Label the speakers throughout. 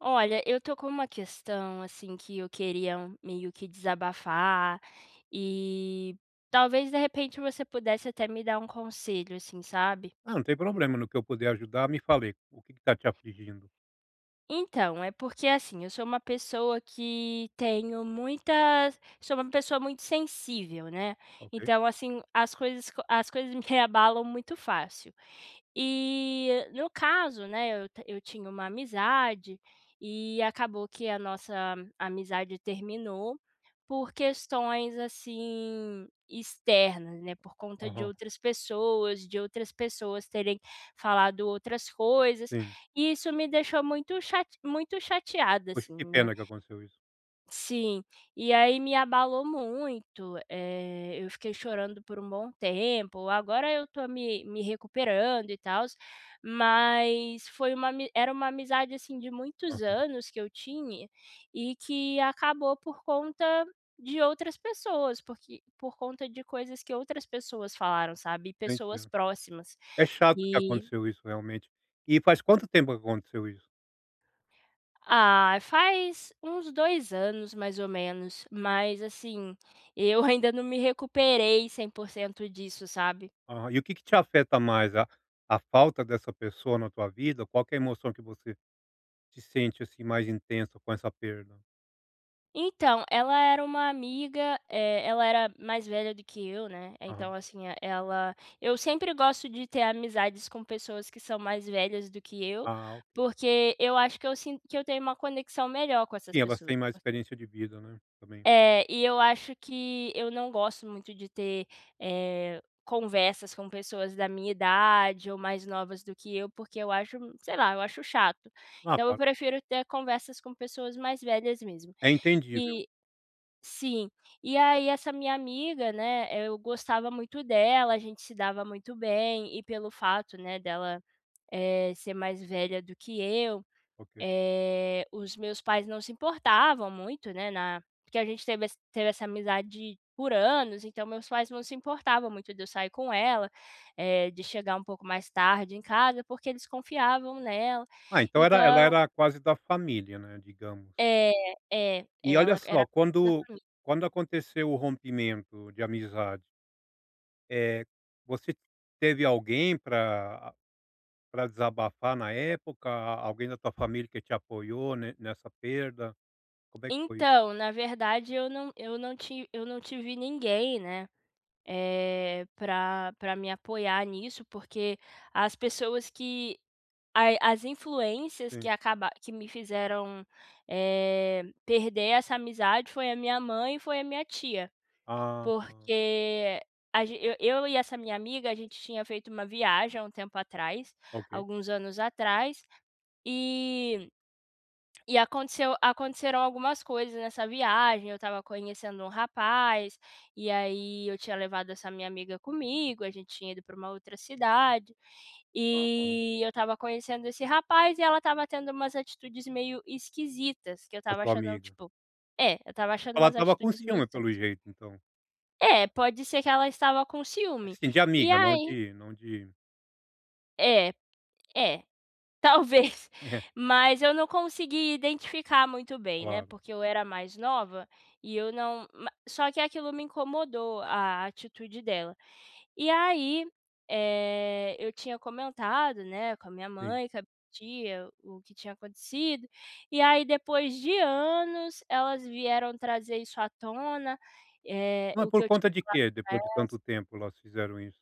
Speaker 1: Olha, eu tô com uma questão, assim, que eu queria meio que desabafar e talvez de repente você pudesse até me dar um conselho, assim, sabe?
Speaker 2: Ah, não tem problema, no que eu puder ajudar, me fale o que está te afligindo,
Speaker 1: Então, é porque assim, eu sou uma pessoa muito sensível, né.
Speaker 2: ok?
Speaker 1: Então assim, as coisas me abalam muito fácil. E no caso, né, eu tinha uma amizade, e acabou que a nossa amizade terminou, por questões assim, externas, né, por conta de
Speaker 2: Aham,
Speaker 1: outras pessoas, terem falado outras coisas.
Speaker 2: sim.
Speaker 1: E isso me deixou muito chateada,
Speaker 2: Poxa,
Speaker 1: assim,
Speaker 2: que
Speaker 1: né.
Speaker 2: pena que aconteceu isso.
Speaker 1: Sim, e aí me abalou muito, eu fiquei chorando por um bom tempo. Agora eu tô me recuperando e tal, mas foi uma ami era uma amizade, assim, de muitos
Speaker 2: Aham,
Speaker 1: anos que eu tinha e que acabou por conta de outras pessoas, porque por conta de coisas que outras pessoas falaram, sabe, e
Speaker 2: eu
Speaker 1: pessoas
Speaker 2: entendo.
Speaker 1: próximas.
Speaker 2: É chato que
Speaker 1: E
Speaker 2: aconteceu isso realmente. E faz quanto tempo que aconteceu isso?
Speaker 1: Ah, faz uns 2 anos, mais ou menos, mas assim, eu ainda não me recuperei 100% disso, sabe.
Speaker 2: Aham, e o que que te afeta mais, a falta dessa pessoa na tua vida? Qual que é a emoção que você se sente, assim, mais intensa com essa perda?
Speaker 1: Então, ela era uma amiga, ela era mais velha do que eu, né.
Speaker 2: Aham.
Speaker 1: Então assim, a- ela eu sempre gosto de ter amizades com pessoas que são mais velhas do que eu,
Speaker 2: Ah, ok.
Speaker 1: porque eu acho que eu tenho uma conexão melhor com
Speaker 2: Sim,
Speaker 1: essas
Speaker 2: elas têm
Speaker 1: pessoas.
Speaker 2: mais experiência de vida, né, também.
Speaker 1: É, e eu acho que eu não gosto muito de ter, conversas com pessoas da minha idade ou mais novas do que eu, porque eu acho, sei lá, eu acho chato.
Speaker 2: Ah,
Speaker 1: Então eu
Speaker 2: claro,
Speaker 1: prefiro ter conversas com pessoas mais velhas mesmo.
Speaker 2: é entendível,
Speaker 1: E sim, e aí essa minha amiga, né, eu gostava muito dela. A gente se dava muito bem, e pelo fato, né, dela, ser mais velha do que eu,
Speaker 2: ok.
Speaker 1: os meus pais não se importavam muito, né, na porque a gente teve essa amizade por anos, então meus pais não se importavam muito de eu sair com ela, de chegar um pouco mais tarde em casa, porque eles confiavam nela.
Speaker 2: Ah, então era ela
Speaker 1: Então
Speaker 2: era quase da família, né, digamos.
Speaker 1: é, é,
Speaker 2: E olha
Speaker 1: ela
Speaker 2: só,
Speaker 1: era da
Speaker 2: quando
Speaker 1: família.
Speaker 2: quando aconteceu o rompimento de amizade, eh, você teve alguém para desabafar na época? Alguém da tua família que te apoiou ne nessa perda? Como é que foi isso?
Speaker 1: Então, na verdade eu não tive ninguém, né, para me apoiar nisso. Porque as pessoas que ai, as influências que
Speaker 2: Sim.
Speaker 1: acaba que me fizeram, perder essa amizade, foi a minha mãe e foi a minha tia,
Speaker 2: Ah, ah,
Speaker 1: porque a gen eu e essa minha amiga, a gente tinha feito uma viagem há um tempo atrás,
Speaker 2: ok.
Speaker 1: alguns anos atrás, e e aconteceu aconteceram algumas coisas nessa viagem. Eu estava conhecendo um rapaz, e aí eu tinha levado essa minha amiga comigo, a gente tinha ido para uma outra cidade,
Speaker 2: Aham.
Speaker 1: e eu estava conhecendo esse rapaz e ela estava tendo umas atitudes meio esquisitas, que eu
Speaker 2: A
Speaker 1: estava
Speaker 2: tua
Speaker 1: achando,
Speaker 2: amiga.
Speaker 1: tipo. É, eu estava
Speaker 2: Tipo,
Speaker 1: achando
Speaker 2: ela
Speaker 1: umas
Speaker 2: estava com
Speaker 1: atitudes meio
Speaker 2: ciúme pelo
Speaker 1: estranhas.
Speaker 2: jeito então.
Speaker 1: É, pode ser que ela estava com ciúme.
Speaker 2: Assim, de
Speaker 1: E
Speaker 2: amiga, não
Speaker 1: aí
Speaker 2: de
Speaker 1: é, é. Talvez,
Speaker 2: é,
Speaker 1: mas eu não consegui identificar muito bem, né,
Speaker 2: claro,
Speaker 1: porque eu era mais nova e eu não ma só que aquilo me incomodou, a atitude dela. E aí, eu tinha comentado, né, com a minha
Speaker 2: sim.
Speaker 1: mãe, com a minha tia, o que tinha acontecido. E aí, depois de anos, elas vieram trazer isso à tona,
Speaker 2: Mas
Speaker 1: o
Speaker 2: por
Speaker 1: que eu tinha
Speaker 2: conta de
Speaker 1: falado
Speaker 2: quê,
Speaker 1: pra
Speaker 2: depois de tanto
Speaker 1: elas.
Speaker 2: tempo, elas fizeram isso?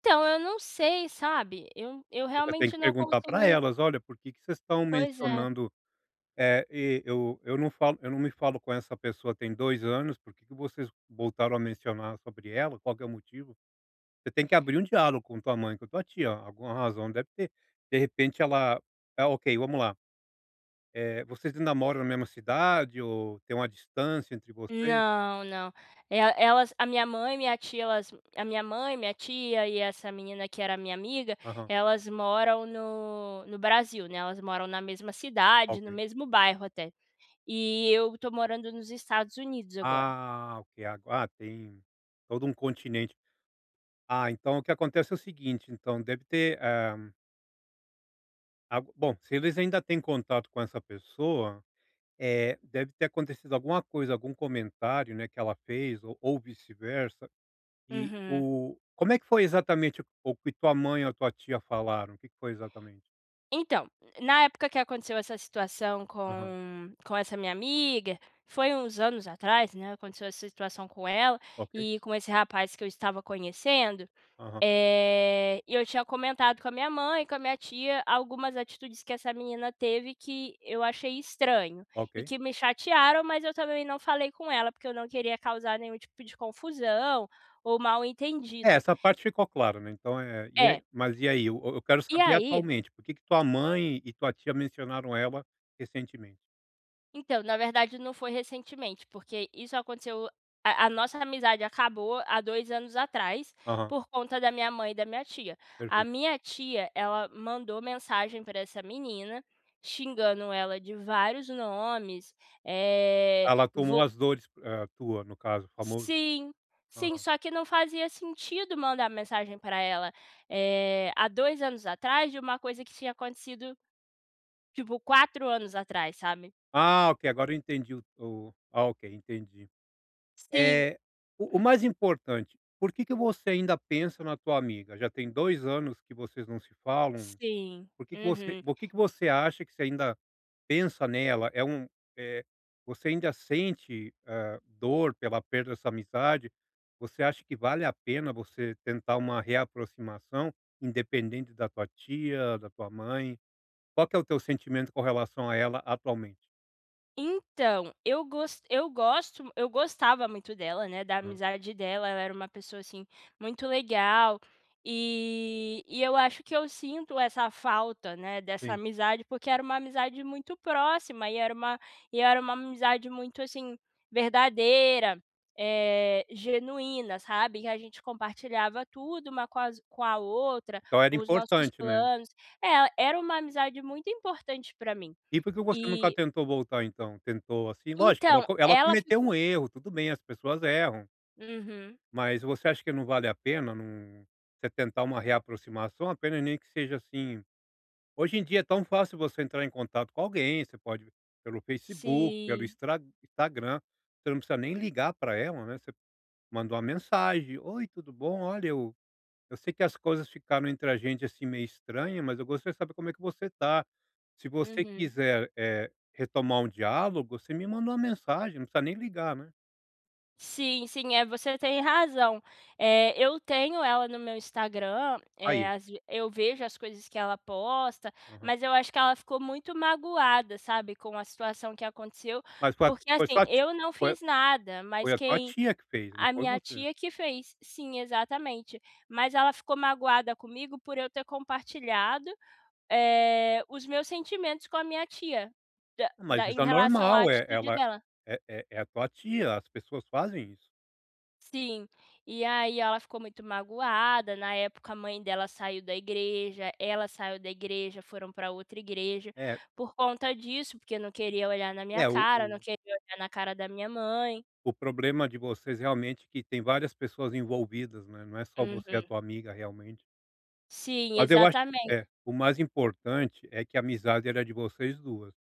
Speaker 1: Então eu não sei, sabe, eu
Speaker 2: Você tem que
Speaker 1: realmente não
Speaker 2: perguntar para
Speaker 1: consigo. en
Speaker 2: elas: "Olha, por que que vocês estão
Speaker 1: pois é.
Speaker 2: mencionando?" É, e eu não falo eu não me falo com essa pessoa tem 2 anos, por que que vocês voltaram a mencionar sobre ela? Qual que é o motivo? Você tem que abrir um diálogo com tua mãe, com tua tia, alguma razão deve ter. De repente ela Ah, ok, vamos lá, vocês ainda moram na mesma cidade ou tem uma distância entre vocês?
Speaker 1: Não, não. El elas a minha mãe, minha tia e essa menina que era minha amiga,
Speaker 2: Aham,
Speaker 1: elas moram no Brasil, né. Elas moram na mesma cidade,
Speaker 2: ok.
Speaker 1: no mesmo bairro até. E eu tô morando nos Estados Unidos agora.
Speaker 2: Ah, ok, tem todo um continente. Ah, então o que acontece é o seguinte, então deve ter, algo bom, se eles ainda têm contato com essa pessoa. Deve ter acontecido alguma coisa, algum comentário, né, que ela fez, ou vice-versa, e
Speaker 1: Uhum.
Speaker 2: o como é que foi exatamente o que tua mãe ou tua tia falaram? O que que foi exatamente?
Speaker 1: Então, na época que aconteceu essa situação
Speaker 2: Aham,
Speaker 1: com essa minha amiga, foi uns anos atrás, né, aconteceu essa situação com ela
Speaker 2: ok.
Speaker 1: e com esse rapaz que eu estava conhecendo.
Speaker 2: Aham,
Speaker 1: E eu tinha comentado com a minha mãe, com a minha tia, algumas atitudes que essa menina teve que eu achei estranho e
Speaker 2: ok.
Speaker 1: que me chatearam. Mas eu também não falei com ela, porque eu não queria causar nenhum tipo de confusão ou mal
Speaker 2: É,
Speaker 1: entendido.
Speaker 2: essa parte ficou clara, né, então,
Speaker 1: É,
Speaker 2: e aí? Eu quero
Speaker 1: e
Speaker 2: saber
Speaker 1: aí.
Speaker 2: atualmente, por que que tua mãe e tua tia mencionaram ela recentemente?
Speaker 1: Então, na verdade não foi recentemente, porque isso aconteceu. A nossa amizade acabou há 2 anos atrás,
Speaker 2: Aham,
Speaker 1: por conta da minha mãe e da minha tia. A
Speaker 2: perfeito.
Speaker 1: minha tia, ela mandou mensagem para essa menina, xingando ela de vários nomes, eh,
Speaker 2: Ela tomou
Speaker 1: vo
Speaker 2: as dores, tua, no caso, famoso.
Speaker 1: sim, sim,
Speaker 2: Aham.
Speaker 1: só que não fazia sentido mandar mensagem para ela, há 2 anos atrás de uma coisa que tinha acontecido, tipo, 4 anos atrás, sabe.
Speaker 2: Ah, ok, agora eu entendi, ok, entendi.
Speaker 1: Sim,
Speaker 2: É o mais importante, por que que você ainda pensa na tua amiga? Já tem 2 anos que vocês não se falam,
Speaker 1: sim. Uhum.
Speaker 2: por que que você acha que você ainda pensa nela? Eh, Você ainda sente, dor pela perda dessa amizade? Você acha que vale a pena você tentar uma reaproximação, independente da tua tia, da tua mãe? Qual que é o teu sentimento com relação a ela atualmente?
Speaker 1: Então, eu gostava muito dela, né, da
Speaker 2: Hã,
Speaker 1: amizade dela. Ela era uma pessoa, assim, muito legal, e eu acho que eu sinto essa falta, né, dessa
Speaker 2: sim.
Speaker 1: amizade, porque era uma amizade muito próxima e era uma amizade muito, assim, verdadeira, genuína, sabe, que a gente compartilhava tudo uma com a outra,
Speaker 2: Então era
Speaker 1: os nossos
Speaker 2: importante, né?
Speaker 1: planos. É, era uma amizade muito importante para mim.
Speaker 2: E por que você nunca
Speaker 1: E
Speaker 2: tentou voltar então? Tentou, assim, lógico,
Speaker 1: então,
Speaker 2: ela
Speaker 1: ela
Speaker 2: cometeu
Speaker 1: ficou.
Speaker 2: um erro, tudo bem, as pessoas erram,
Speaker 1: Uhum.
Speaker 2: mas você acha que não vale a pena num você tentar uma reaproximação, apenas, nem que seja assim. Hoje em dia é tão fácil você entrar em contato com alguém, você pode pelo Facebook, pelo
Speaker 1: Sim,
Speaker 2: Instra Instagram, você não precisa nem ligar para ela, né, você manda uma mensagem: "Oi, tudo bom? Olha eu sei que as coisas ficaram entre a gente, assim, meio estranha, mas eu gostaria de saber como é que você tá. Se você
Speaker 1: uhum.
Speaker 2: quiser, retomar um diálogo, você me manda uma mensagem, não precisa nem ligar, né."
Speaker 1: Sim, sim, é, você tem razão. Eu tenho ela no meu Instagram,
Speaker 2: Aí,
Speaker 1: às ve eu vejo as coisas que ela posta,
Speaker 2: aham.
Speaker 1: mas eu acho que ela ficou muito magoada, sabe, com a situação que aconteceu,
Speaker 2: Mas
Speaker 1: porque, assim, eu não
Speaker 2: foi
Speaker 1: fiz nada.
Speaker 2: foi
Speaker 1: Mas
Speaker 2: a tua
Speaker 1: quem
Speaker 2: tia que fez, não
Speaker 1: a
Speaker 2: foi
Speaker 1: minha
Speaker 2: você.
Speaker 1: tia que fez. Sim, exatamente. Mas ela ficou magoada comigo por eu ter compartilhado, os meus sentimentos com a minha tia, da
Speaker 2: Ah, mas
Speaker 1: da
Speaker 2: isso
Speaker 1: em
Speaker 2: é
Speaker 1: relação à
Speaker 2: normal, é
Speaker 1: atitude
Speaker 2: ela
Speaker 1: dela.
Speaker 2: é é é a tua tia, as pessoas fazem isso.
Speaker 1: Sim. E aí ela ficou muito magoada. Na época, a mãe dela saiu da igreja, ela saiu da igreja, foram para outra igreja,
Speaker 2: É,
Speaker 1: por conta disso, porque não queria olhar na minha
Speaker 2: é o o
Speaker 1: cara, não queria olhar na cara da minha mãe.
Speaker 2: o problema de vocês realmente é que tem várias pessoas envolvidas, né, não é só você e a
Speaker 1: Uhum.
Speaker 2: tua amiga realmente.
Speaker 1: Sim,
Speaker 2: Mas eu acho,
Speaker 1: exatamente.
Speaker 2: o mais importante é que a amizade era de vocês duas.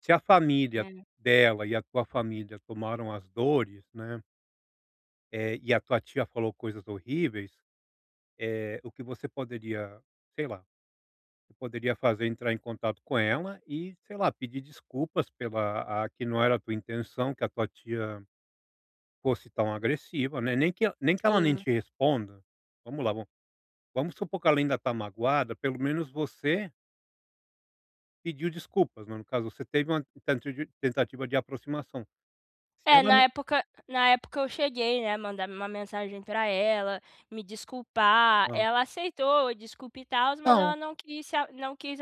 Speaker 2: Se a família
Speaker 1: É,
Speaker 2: dela e a tua família tomaram as dores, né, e a tua tia falou coisas horríveis, o que você poderia, sei lá, você poderia fazer é entrar em contato com ela e, sei lá, pedir desculpas pela a que não era a tua intenção que a tua tia fosse tão agressiva, né, nem que ela nem
Speaker 1: sim.
Speaker 2: te responda, vamos lá, vamos supor que ela ainda tá magoada, pelo menos você pediu desculpas, né, no caso você teve uma tentativa de aproximação. Se
Speaker 1: É,
Speaker 2: ela
Speaker 1: na
Speaker 2: não
Speaker 1: época na época eu cheguei, né, mandar uma mensagem pra ela, me desculpar,
Speaker 2: hã.
Speaker 1: ela aceitou desculpa e tals. Mas
Speaker 2: Não,
Speaker 1: ela não quis se a não quis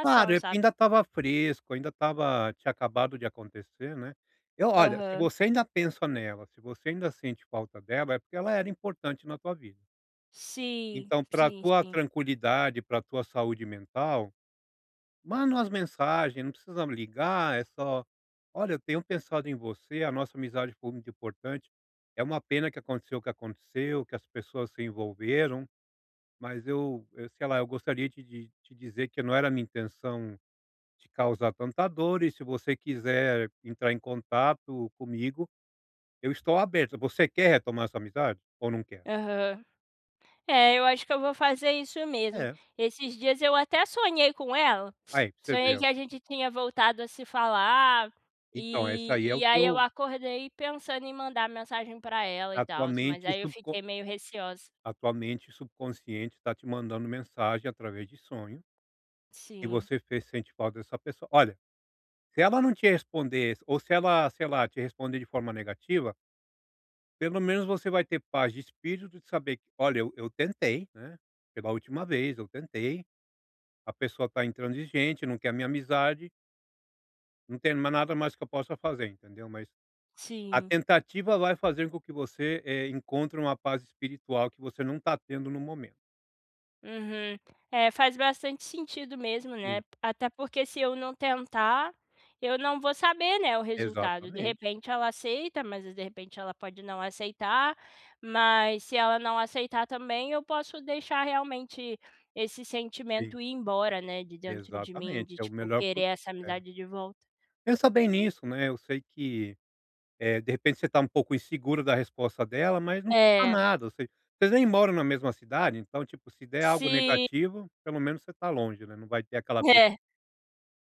Speaker 2: claro, é porque
Speaker 1: sabe.
Speaker 2: ainda estava fresco, ainda estava, tinha acabado de acontecer, né. Eu Olha, se
Speaker 1: Aham.
Speaker 2: você ainda pensa nela, se você ainda sente falta dela, é porque ela era importante na tua vida.
Speaker 1: Sim,
Speaker 2: Então pra
Speaker 1: sim,
Speaker 2: tua
Speaker 1: sim.
Speaker 2: tranquilidade, pra tua saúde mental, manda umas mensagens, não precisa ligar, é só: "Olha, eu tenho pensado em você, a nossa amizade foi muito importante. É uma pena que aconteceu o que aconteceu, que as pessoas se envolveram." Mas eu, sei lá, eu gostaria de te dizer que não era a minha intenção te causar tanta dor, e se você quiser entrar em contato comigo, eu estou aberto. Você quer retomar essa amizade ou não quer?
Speaker 1: Aham. É, eu acho que eu vou fazer isso mesmo.
Speaker 2: É,
Speaker 1: Esses dias eu até sonhei com ela,
Speaker 2: aí, pra você
Speaker 1: sonhei
Speaker 2: ver.
Speaker 1: que a gente tinha voltado a se falar,
Speaker 2: Então essa aí é
Speaker 1: e
Speaker 2: o
Speaker 1: e aí eu
Speaker 2: teu
Speaker 1: acordei pensando em mandar mensagem pra ela e
Speaker 2: a tua
Speaker 1: tal, mas
Speaker 2: mente
Speaker 1: aí eu
Speaker 2: subco
Speaker 1: fiquei meio receosa.
Speaker 2: a tua mente subconsciente está te mandando mensagem através de sonho, e
Speaker 1: Sim.
Speaker 2: você fez sente falta dessa pessoa. Olha, se ela não te responder, ou se ela, sei lá, te responder de forma negativa, pelo menos você vai ter paz de espírito de saber que: "Olha, eu tentei, né, pela última vez, eu tentei, a pessoa tá intransigente, não quer minha amizade, não tem mais nada mais que eu possa fazer", entendeu. Mas a
Speaker 1: Sim.
Speaker 2: tentativa vai fazer com que você, encontre uma paz espiritual que você não está tendo no momento.
Speaker 1: Uhum. É, faz bastante sentido mesmo, né,
Speaker 2: Sim.
Speaker 1: até porque se eu não tentar, eu não vou saber, né, o resultado. De
Speaker 2: Exatamente.
Speaker 1: repente ela aceita, mas de repente ela pode não aceitar. Mas se ela não aceitar também, eu posso deixar realmente esse
Speaker 2: Sim,
Speaker 1: sentimento ir embora, né, de dentro de mim,
Speaker 2: exatamente.
Speaker 1: de,
Speaker 2: É o
Speaker 1: tipo,
Speaker 2: melhor con
Speaker 1: querer essa
Speaker 2: é.
Speaker 1: amizade de volta.
Speaker 2: Pensa bem nisso, né, eu sei que de repente você está um pouco inseguro da resposta dela, mas não custa
Speaker 1: É,
Speaker 2: nada, ou seja, vocês nem moram na mesma cidade, então, tipo, se der algo
Speaker 1: se
Speaker 2: negativo, pelo menos você está longe, né, não vai ter aquela coisa
Speaker 1: é,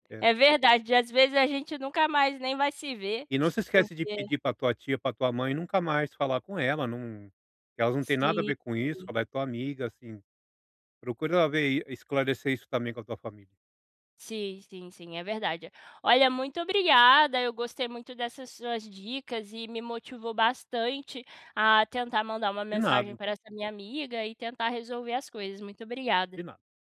Speaker 2: é.
Speaker 1: é verdade. Às vezes a gente nunca mais nem vai se ver,
Speaker 2: E não se esquece de
Speaker 1: porque
Speaker 2: pedir para tua tia, para tua mãe, nunca mais falar com ela, não, elas não têm nada a
Speaker 1: se.
Speaker 2: ver com isso, ela é tua amiga, assim, procura ver esclarecer isso também com a tua família.
Speaker 1: Sim, sim, sim, é verdade. Olha, muito obrigada, eu gostei muito dessas suas dicas e me motivou bastante a tentar mandar uma
Speaker 2: De nada,
Speaker 1: mensagem
Speaker 2: hein?
Speaker 1: para essa minha amiga e tentar resolver as coisas. Muito obrigada.
Speaker 2: De nada.